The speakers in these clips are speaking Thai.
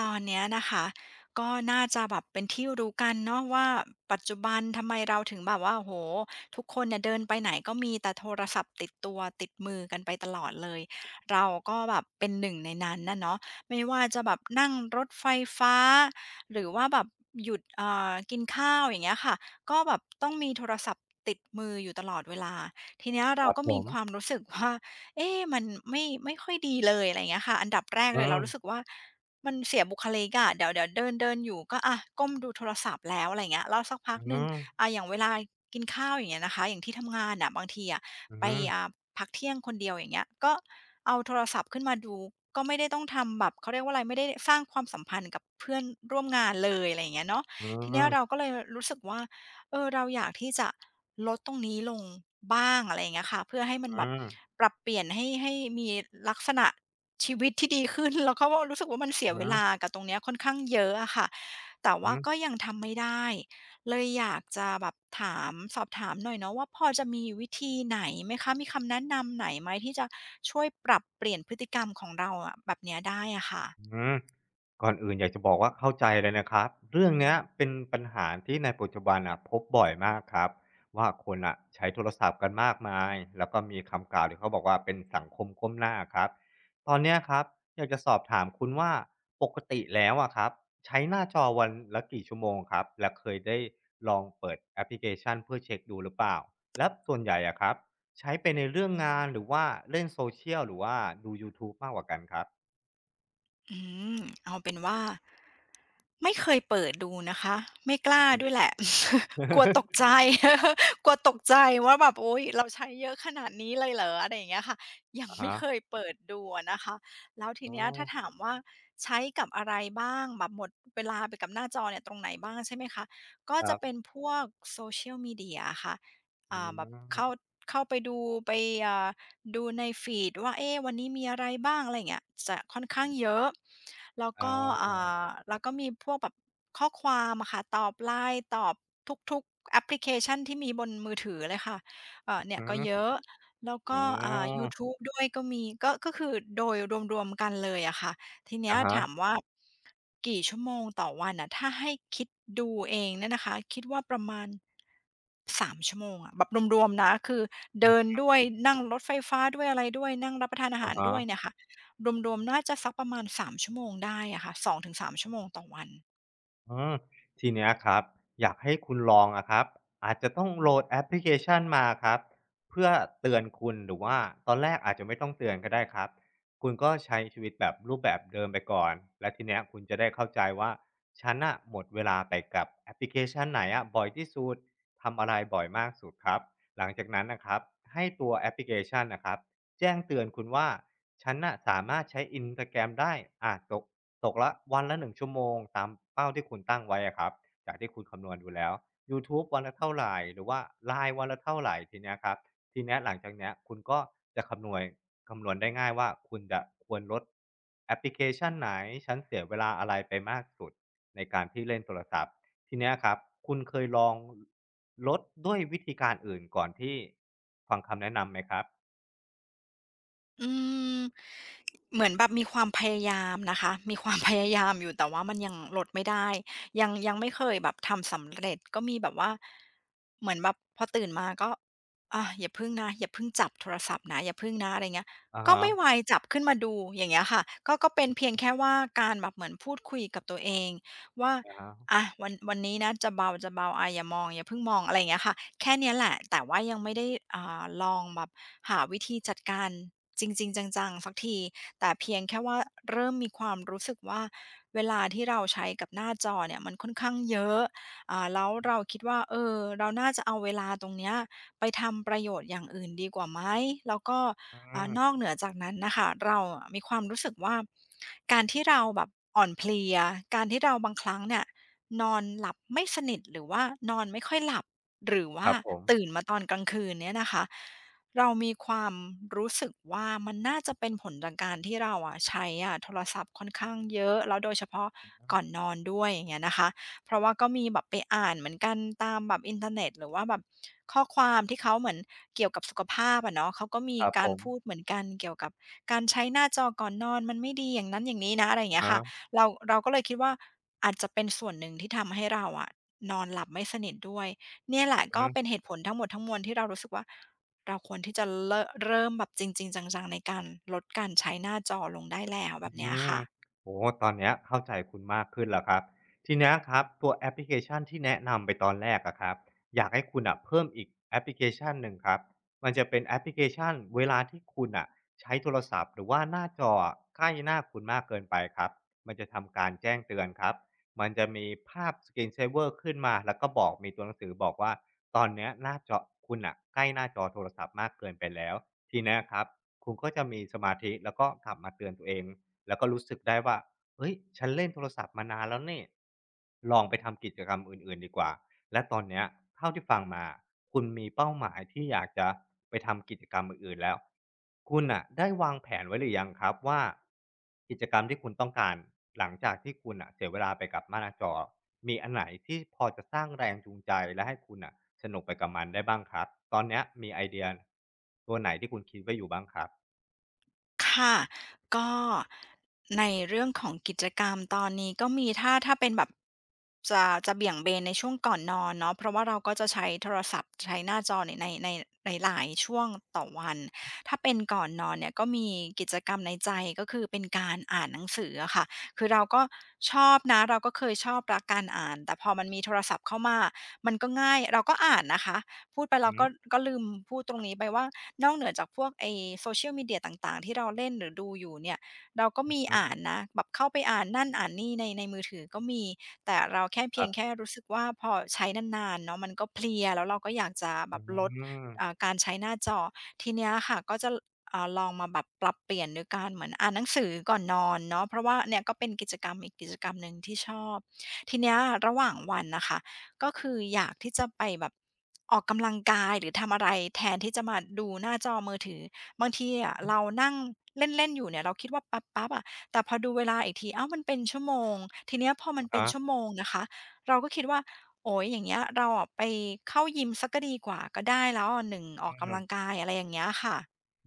ตอนเนี้ยนะคะก็น่าจะแบบเป็นที่รู้กันเนาะว่าปัจจุบันทำไมเราถึงแบบว่าโอ้โหทุกคนเนี่ยเดินไปไหนก็มีแต่โทรศัพท์ติดตัวติดมือกันไปตลอดเลยเราก็แบบเป็นหนึ่งในนั้นนะเนาะไม่ว่าจะแบบนั่งรถไฟฟ้าหรือว่าแบบหยุดกินข้าวอย่างเงี้ยค่ะก็แบบต้องมีโทรศัพท์ติดมืออยู่ตลอดเวลาทีเนี้ยคเรารับก็ผมีมความรู้สึกว่าเอ๊ะมันไม่ค่อยดีเลยอะไรเงี้ยค่ะอันดับแรกอืเลยเรามรู้สึกว่า มันเสียบุคลิกอะเดี๋ยวเดินๆอยู่ก็อะก้มดูโทรศัพท์แล้วอะไรอเงี้ยแล้วสักพัอืกหนึ่งมอ่ะอย่างเวลากินข้าวอย่างเงี้ยนะคะอย่างที่ทำงานอ่ะบางทีอะอืไปมอ่ะพักเที่ยงคนเดียวอย่างเงี้ยก็เอาโทรศัพท์ขึ้นมาดูก็ไม่ได้ต้องทำแบบเขาเรียกว่าอะไรไม่ได้สร้างความสัมพันธ์กับเพื่อนร่วมงานเลยอะไรอย่างเงี้ยเนาะอืมทีอืเนี้ยเราก็เลยรู้สึกว่าเออเราอยากที่จะลดตรงนี้ลงบ้างอะไรอย่างเงี้ยค่ะเพื่อให้มันแบบมปรับเปลี่ยนให้มีลักษณะ ชีวิตที่ดีขึ้น แล้วก็รู้สึกว่ามันเสียอือเวลากับตรงเนี้ยค่อนข้างเยอะอะค่ะแต่อืว่าอก็ยังทำไม่ได้เลยอยากจะแบบถามสอบถามหน่อยเนาะว่าพอจะมีวิธีไหนไหมคะมีคำแนะนำไหนไหมที่จะช่วยปรับเปลี่ยนพฤติกรรมของเราอะแบบเนี้ยได้อะค่ะอือ ก่อนอื่นอยากจะบอกว่าเข้าใจเลยนะครับเรื่องเนี้ยเป็นปัญหาที่ในปัจจุบันอ่ะพบบ่อยมากครับว่าคนอ่ะใช้โทรศัพท์กันมากมายแล้วก็มีคำกล่าวที่เขาบอกว่าเป็นสังคมก้มหน้าครับตอนเนี้ยครับอยากจะสอบถามคุณว่าปกติแล้วอ่ะครับใช้หน้าจอวันละกี่ชั่วโมงครับและเคยได้ลองเปิดแอปพลิเคชันเพื่อเช็คดูหรือเปล่าและส่วนใหญ่อ่ะครับใช้ไปในเรื่องงานหรือว่าเล่นโซเชียลหรือว่าดูยูทูบมากกว่ากันครับอืมเอาเป็นว่า ไม่เคยเปิดดูนะคะไม่กล้าอืม ด้วยแหละ กลัวตก ใจ กลัวตกใจว่าแบบโอ้๊ยเราใช้เยอะขนาดนี้เลยเหรออะไรอย่างเงี้ยค่ะยังอาไม่ฮะ เคยเปิดดูอะนะคะแล้วทีอืเนี้ยถ้าถามมว่าใช้กับอะไรบ้างแบบหมดเวลาไปกับหน้าจอเนี่ยตรงไหนบ้างใช่ไหมคะก็คจะรัเป็นบพวก social media ียลมีเดียค่ะอือ่าแบมบเข้าไปดูไปอ่า ดูในฟีดว่าเอ๊ะวันนี้มีอะไรบ้างอะไรอย่างเงี้ยจะค่อนข้างเยอะแล้วอ๋อก็อ่าแล้วก็มีพวกแบบข้อความอะค่ะตอบ LINE ตอบทุกๆแอปพลิเคชันที่มีบนมือถือเลยค่ะอือเนี่ยฮึก็เยอะแล้วอืก็อ่ายูทูมบด้วยก็มีก็คือโดยรวมๆกันเลยอะค่ะ ทีเนี้ยอะฮะถามว่ากี่ชั่วโมงต่อวันน่ะถ้าให้คิดดูเองเนี่ยนะคะคิดว่าประมาณ3ชั่วโมงอะแบบรวมๆนะคือเดินด้วยนั่งรถไฟฟ้าด้วยอะไรด้วยนั่งรับประทานอาหาอะรฮะ ด้วยเนี่ยค่ะรวมๆน่าจะสักประมาณ3ชั่วโมงได้อะค่ะสองถึงสา3ชั่วโมงต่อวัน อืมทีเนี้ยครับอยากให้คุณลองอะครับอาจจะต้องโหลดแอปพลิเคชันมาครับเพื่อเตือนคุณหรือว่าตอนแรกอาจจะไม่ต้องเตือนก็ได้ครับคุณก็ใช้ชีวิตแบบรูปแบบเดิมไปก่อนและทีเนี้ยคุณจะได้เข้าใจว่าฉันอะหมดเวลาไปกับแอปพลิเคชันไหนอะบ่อยที่สุดทำอะไรบ่อยมากสุดครับหลังจากนั้นนะครับให้ตัวแอปพลิเคชันนะครับแจ้งเตือนคุณว่าฉันน่ะสามารถใช้ i นสตาแ r ร m ได้อาตก ตกละวันละ1ชั่วโมงตามเป้าที่คุณตั้งไว้อะครับจากที่คุณคำนวณดูแล้วยูทูบวันละเท่าไรหรือว่า LINE วันละเท่าไรทีเนี้ยครับทีเนี้ยหลังจากเนี้ยคุณก็จะคำนวยคำนวณได้ง่ายว่าคุณจะควรลดแอปพลิเคชันไหนฉันเสียเวลาอะไรไปมากสุดในการที่เล่นโทรศัพท์ทีเนี้ยครับคุณเคยลองลดด้วยวิธีการอื่นก่อนที่ฟังคำแนะนำไหมครับอืมเหมือนแบบมีความพยายามนะคะมีความ พยายามอยู่แต่ว่ามันยังลดไม่ได้ยังไม่เคยแบบทำสำเร็จก็มีแบบว่าเหมือนแบบพอตื่นมาก็อาอย่าพิ่งนะอย่าพึ่งจับโทรศัพท์นะอย่าพึ่งนะอะไรเงี้ยอะก็ไม่ไหวฮะจับขึ้นมาดูอย่างเงี้ยค่ะก็เป็นเพียงแค่ว่าการแบบเหมือนพูดคุยกับตัวเองว่าอะวันนี้นะจะเบาอะอย่ามองอย่าเพึ่งมองอะไรอย่าเงี้ยค่ะ แค่เนี้ยแหละแต่ว่ายังไม่ได้อ่าลองแบบหาวิธีจัดการจริงๆจังๆสักที แต่เพียงแค่ว่าเริ่มมีความรู้สึกว่าเวลาที่เราใช้กับหน้าจอเนี่ยมันค่อนข้างเยอะอ่าแล้วเราคิดว่าเออเราน่าจะเอาเวลาตรงเนี้ยไปทำประโยชน์อย่างอื่นดีกว่าไหม แล้วก็ๆอือ่ามนอกเหนือจากนั้นน่ะค่ะเราอะมีความรู้สึกว่าการที่เราแบบอ่อนเพลียการที่เราบางครั้งเนี่ยนอนหลับไม่สนิทหรือว่านอนไม่ค่อยหลับ หรือคว่ารับผมตื่นมาตอนกลางคืนเนี่ยนะคะเรามีความรู้สึกว่ามันน่าจะเป็นผลจากการที่เราอะใช้อะโทรศัพท์ค่อนข้างเยอะแล้วโดยเฉพาะก่อนนอนด้วยอย่างเงี้ยนะคะเพราะว่าก็มีแบบไปอ่านเหมือนกันตามแบบอินเทอร์เน็ตหรือว่าแบบข้อความที่เขาเหมือนเกี่ยวกับสุขภาพอะเนาะเขาก็มีครับผการมพูดเหมือนกันเกี่ยวกับการใช้หน้าจอก่อนนอนมันไม่ดีอย่างนั้นอย่างนี้นะอะไรอย่างอะเงี้ยค่ะฮะเราก็เลยคิดว่าอาจจะเป็นส่วนหนึ่งที่ทำให้เราอะนอนหลับไม่สนิทด้วย เนี่ยแหละอืก็เป็นม เหตุผลทั้งหมดทั้งมวลที่เรารู้สึกว่าเราควรที่จะเลอะเริ่มแบบจริงๆจังๆในการลดการใช้หน้าจอลงได้แล้วแบอืบเนี้ยมค่ะ โอ้ตอนเนี้ยเข้าใจคุณมากขึ้นแล้วครับทีเนี้ยครับตัวแอปพลิเคชันที่แนะนำไปตอนแรกอะครับอยากให้คุณอะเพิ่มอีกแอปพลิเคชันหนึ่งครับมันจะเป็นแอปพลิเคชันเวลาที่คุณอะใช้โทรศัพท์หรือว่าหน้าจออะใกล้หน้าคุณมากเกินไปครับมันจะทำการแจ้งเตือนครับมันจะมีภาพ screensaver ขึ้นมาแล้วก็บอกมีตัวหนังสือบอกว่าตอนเนี้ยหน้าจอคุณอะใกล้หน้าจอโทรศัพท์มากเกินไปแล้วทีเนี้ยครับคุณก็จะมีสมาธิแล้วก็กลับมาเตือนตัวเอง แล้วก็รู้สึกได้ว่าเฮ้ยฉันเล่นโทรศัพท์มานานแล้วเนี่ยลองไปทำกิจกรรมอื่นๆดีกว่าและตอนเนี้ยเท่าที่ฟังมาคุณมีเป้าหมายที่อยากจะไปทำกิจกรรมอื่นๆแล้วคุณอ่ะได้วางแผนไว้หรือยังครับว่ากิจกรรมที่คุณต้องการหลังจากที่คุณอ่ะเสียเวลาไปกับหน้าจอมีอันไหนที่พอจะสร้างแรงจูงใจและให้คุณอ่ะสนุกไปกับมันได้บ้างครับตอนเนี้ยมีไอเดียตัวไหนที่คุณคิดไว้อยู่บ้างครับค่ะก็ในเรื่องของกิจกรรมตอนนี้ก็มีถ้าเป็นแบบจะเบี่ยงเบนในช่วงก่อนนอนเนาะเพราะว่าเราก็จะใช้โทรศัพท์ใช้หน้าจอในในหลายๆช่วงต่อวันถ้าเป็นก่อนนอนเนี่ยก็มีกิจกรรมในใจก็คือเป็นการอ่านหนังสืออะค่ะคือเราก็ชอบนะเราก็เคยชอบรักการอ่านแต่พอมันมีโทรศัพท์เข้ามามันก็ง่ายเราก็อ่านนะคะ พูดไปเราอืก็มก็ลืมพูดตรงนี้ไปว่านอกเหนือจากพวกไอ้โซเชียลมีเดียต่างๆที่เราเล่นหรือดูอยู่เนี่ยเราก็อมีืมอ่านนะแบบเข้าไปอ่านนั่นอ่านนี่ในมือถือก็มีแต่เราแค่คเพียรังแค่บรู้สึกว่าพอใช้นานๆเนาะมันก็เพลียแล้วเราก็อยากจะแบอืบลดม การใช้หน้าจอทีเนี้ยค่ะก็จะลองมาแบบปรับเปลี่ยนโดยการเหมือนอ่านหนังสือก่อนนอนเนาะเพราะว่าเนี่ยก็เป็นกิจกรรมอีกกิจกรรมหนึ่งที่ชอบทีเนี้ยระหว่างวันน่ะค่ะ ก็คืออยากที่จะไปแบบออกกำลังกายหรือทำอะไรแทนที่จะมาดูหน้าจอมือถือบางทีอะเรานั่งเล่นๆอยู่เนี่ยเราคิดว่าปั๊บปั๊บอะแต่พอดูเวลาอีกทีอ้าวมันเป็นชั่วโมงทีเนี้ยพอมันเป็นอาชั่วโมงนะคะเราก็คิดว่าโอ๊ยอย่างเงี้ยเราอะไปเข้ายิมเสียก็ดีกว่าก็ได้แล้วอะหนึ่งอออืกกำลัมงกายอะไรอย่างเงี้ยค่ะ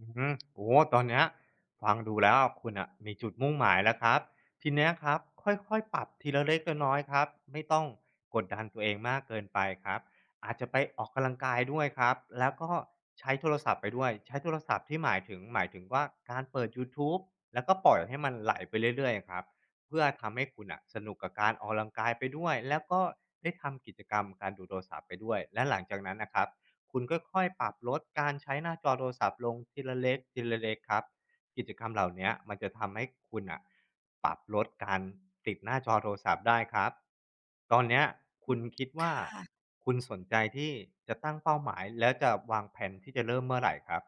อืมโอ้โฮตอนเนี้ยฟังดูแล้วคุณน่ะมีจุดมุ่งหมายแล้วครับทีเนี้ยครับค่อยๆปรับทีละเล็กละน้อยครับไม่ต้องกดดันตัวเองมากเกินไปครับอาจจะไปออกกำลังกายด้วยครับแล้วก็ใช้โทรศัพท์ไปด้วยใช้โทรศัพท์ที่หมายถึงว่าการเปิดยูทูบแล้วก็ปล่อยให้มันไหลไปเรื่อยๆอะครับเพื่อทำให้คุณน่ะสนุกกับการออกกำลังกายไปด้วยแล้วก็ได้ทำกิจกรรมการดูโทรศัพท์ไปด้วยและหลังจากนั้นน่ะครับ คุณค่อยๆปรับลดการใช้หน้าจอโทรศัพท์ลงทีละเล็กทีละเล็กครับกิจกรรมเหล่าเนี้ยมันจะทำให้คุณอ่ะปรับลดการติดหน้าจอโทรศัพท์ได้ครับตอนเนี้ยคุณคิดว่าคะ คุณสนใจที่จะตั้งเป้าหมายแล้วจะวางแผนที่จะเริ่มเมื่อไหรครับ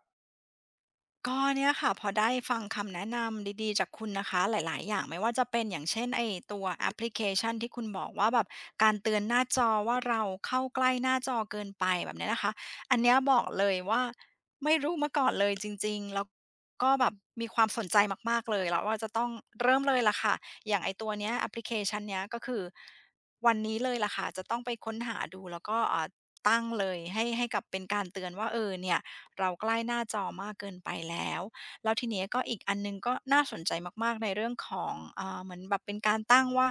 ก็เนี่ยค่ะพอได้ฟังคำแนะนำดีๆจากคุณนะคะหลายๆอย่างไม่ว่าจะเป็นอย่างเช่นไอ้ตัวแอปพลิเคชันที่คุณบอกว่าแบบการเตือนหน้าจอว่าเราเข้าใกล้หน้าจอเกินไปแบบเนี้ยนะคะอันเนี้ยบอกเลยว่าไม่รู้มาก่อนเลยจริงๆแล้วก็แบบมีความสนใจมากๆเลยแล้วว่าจะต้องเริ่มเลยล่ะค่ะอย่างไอ้ตัวเนี้ยแอปพลิเคชันเนี้ยก็คือวันนี้เลยล่ะค่ะจะต้องไปค้นหาดูแล้วก็ตั้งเลยให้กับเป็นการเตือนว่าเออเนี่ย เราใกล้หน้าจอมากเกินไปแล้ว แล้วทีเนี้ยก็อีกอันหนึ่งก็น่าสนใจมากๆในเรื่องของเหมือนแบบเป็นการตั้งว่า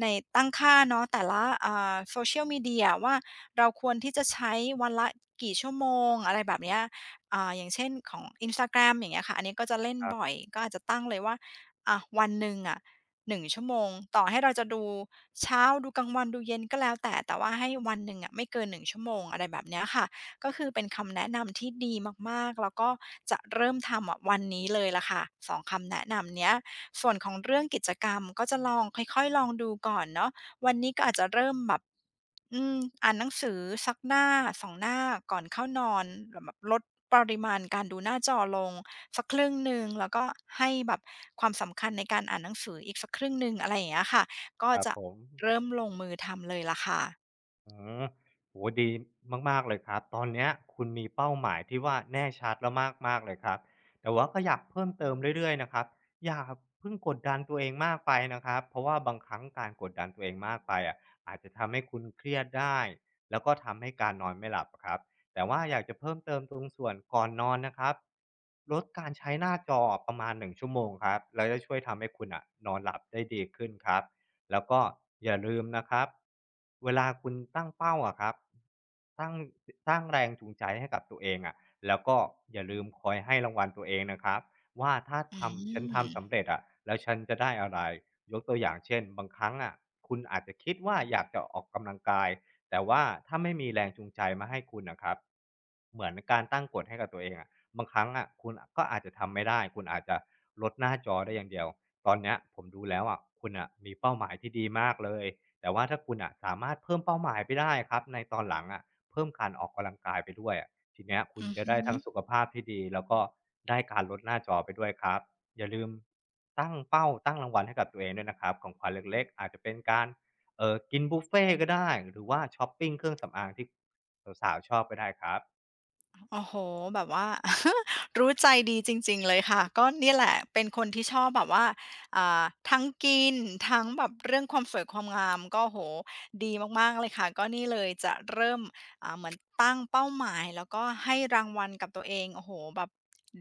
ในตั้งค่าเนาะแต่ละSocial Media ว่าเราควรที่จะใช้วันละกี่ชั่วโมงอะไรแบบเนี้ยอย่างเช่นของ Instagram อย่างเงี้ยค่ะ อันนี้ก็จะเล่นครับบ่อยก็อาจจะตั้งเลยว่าอะวันหนึ่งอะหนึ่งชั่วโมงต่อให้เราจะดูเช้าดูกลางวันดูเย็นก็แล้วแต่แต่ว่าให้วันหนึ่งอะไม่เกินหนึ่งชั่วโมงอะไรแบบเนี้ยค่ะ ก็คือเป็นคำแนะนำที่ดีมากๆแล้วก็จะเริ่มทำอะวันนี้เลยล่ะค่ะสองคำแนะนำเนี้ยส่วนของเรื่องกิจกรรมก็จะลองค่อยๆ ลองดูก่อนเนาะวันนี้ก็อาจจะเริ่มแบบอืมอ่านหนังสือสักหน้าสองหน้าก่อนเข้านอนแบบลดปริมาณการดูหน้าจอลงสักครึ่งหนึ่งแล้วก็ให้แบบความสำคัญในการอ่านหนังสืออีกสักครึ่งหนึ่งอะไรอย่างเงี้ยค่ะก็ครับจะผม เริ่มลงมือทำเลยล่ะค่ะอืมโหดีมากๆเลยครับตอนเนี้ยคุณมีเป้าหมายที่ว่าแน่ชัดแล้วมากๆเลยครับแต่ว่าก็อยากเพิ่มเติมเรื่อยๆนะครับอย่าเพิ่งกดดันตัวเองมากไปนะครับเพราะว่าบางครั้งการกดดันตัวเองมากไปอะอาจจะทำให้คุณเครียดได้แล้วก็ทำให้การนอนไม่หลับอะครับแต่ว่าอยากจะเพิ่มเติมตรงส่วนก่อนนอนนะครับลดการใช้หน้าจอประมาณ1ชั่วโมงครับแล้วจะช่วยทำให้คุณอ่ะนอนหลับได้ดีขึ้นครับ แล้วก็อย่าลืมนะครับเวลาคุณตั้งเป้าอะครับตั้งสร้างแรงจูงใจให้กับตัวเองอะแล้วก็อย่าลืมคอยให้รางวัลตัวเองนะครับว่าถ้าอืทำฉันมทำสำเร็จอะแล้วฉันจะได้อะไรยกตัวอย่างเช่นบางครั้งอะคุณอาจจะคิดว่าอยากจะออกกำลังกายแต่ว่าถ้าไม่มีแรงจูงใจมาให้คุณนะครับเหมือนการตั้งกฎให้กับตัวเองอะบางครั้งอะคุณก็อาจจะทำไม่ได้คุณอาจจะลดหน้าจอได้อย่างเดียว ตอนเนี้ยผมดูแล้วอะคุณอ่ะมีเป้าหมายที่ดีมากเลยแต่ว่าถ้าคุณอ่ะสามารถเพิ่มเป้าหมายไปได้ครับในตอนหลังอะเพิ่มการออกกำลังกายไปด้วยอะทีเนี้ยคุณอือจะฮึ ได้ทั้งสุขภาพที่ดีแล้วก็ได้การลดหน้าจอไปด้วยครับอย่าลืมตั้งเป้าตั้งรางวัลให้กับตัวเองด้วยนะครับของขวัญเล็กๆอาจจะเป็นการกินบุฟเฟต์ก็ได้หรือว่าช้อปปิงเครื่องสำอางที่สาวๆชอบก็ได้ครับ โอ้โฮแบบว่า รู้ใจดีจริงๆเลยค่ะก็เนี่ยแหละเป็นคนที่ชอบแบบว่าอ่าทั้งกินทั้งแบบเรื่องความสวยความงามก็โอดีมากๆเลยค่ะก็นี่เลยจะเริ่มเหมือนตั้งเป้าหมายแล้วก็ให้รางวัลกับตัวเองโอ้โหแบบ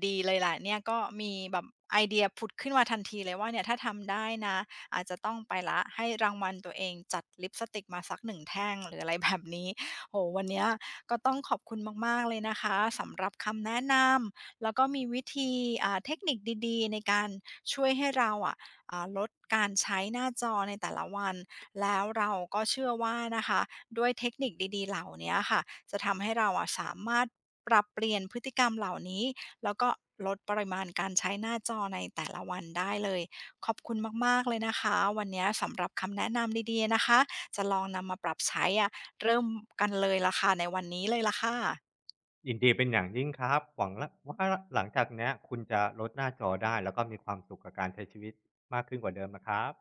ดีเลยแหละเนี่ยก็มีแบบไอเดียผุดขึ้นมาทันทีเลยว่าเนี่ยถ้าทำได้นะอาจจะต้องไปแล้วให้รางวัลตัวเองจัดลิปสติกมาสักหนึ่งแท่งหรืออะไรแบบนี้โอ้โวันเนี้ย ก็ต้องขอบคุณมากๆเลยนะคะสำหรับคำแนะนำแล้วก็มีวิธีเทคนิคดีๆในการช่วยให้เราอะลดการใช้หน้าจอในแต่ละวันแล้วเราก็เชื่อว่านะคะด้วยเทคนิคดีๆเหล่าเนี้ยค่ะจะทำให้เราอะสามารถปรับเปลี่ยนพฤติกรรมเหล่านี้แล้วก็ลดปริมาณการใช้หน้าจอในแต่ละวันได้เลยขอบคุณมากๆเลยนะคะวันนี้สำหรับคำแนะนำดีๆนะคะจะลองนำมาปรับใช้อะ เริ่มกันเลยล่ะค่ะในวันนี้เลยล่ะค่ะยินดีเป็นอย่างยิ่งครับ หวังละว่าหลังจากเนี้ยคุณจะลดหน้าจอได้แล้วก็มีความสุขกับการใช้ชีวิตมากขึ้นกว่าเดิมนะครับ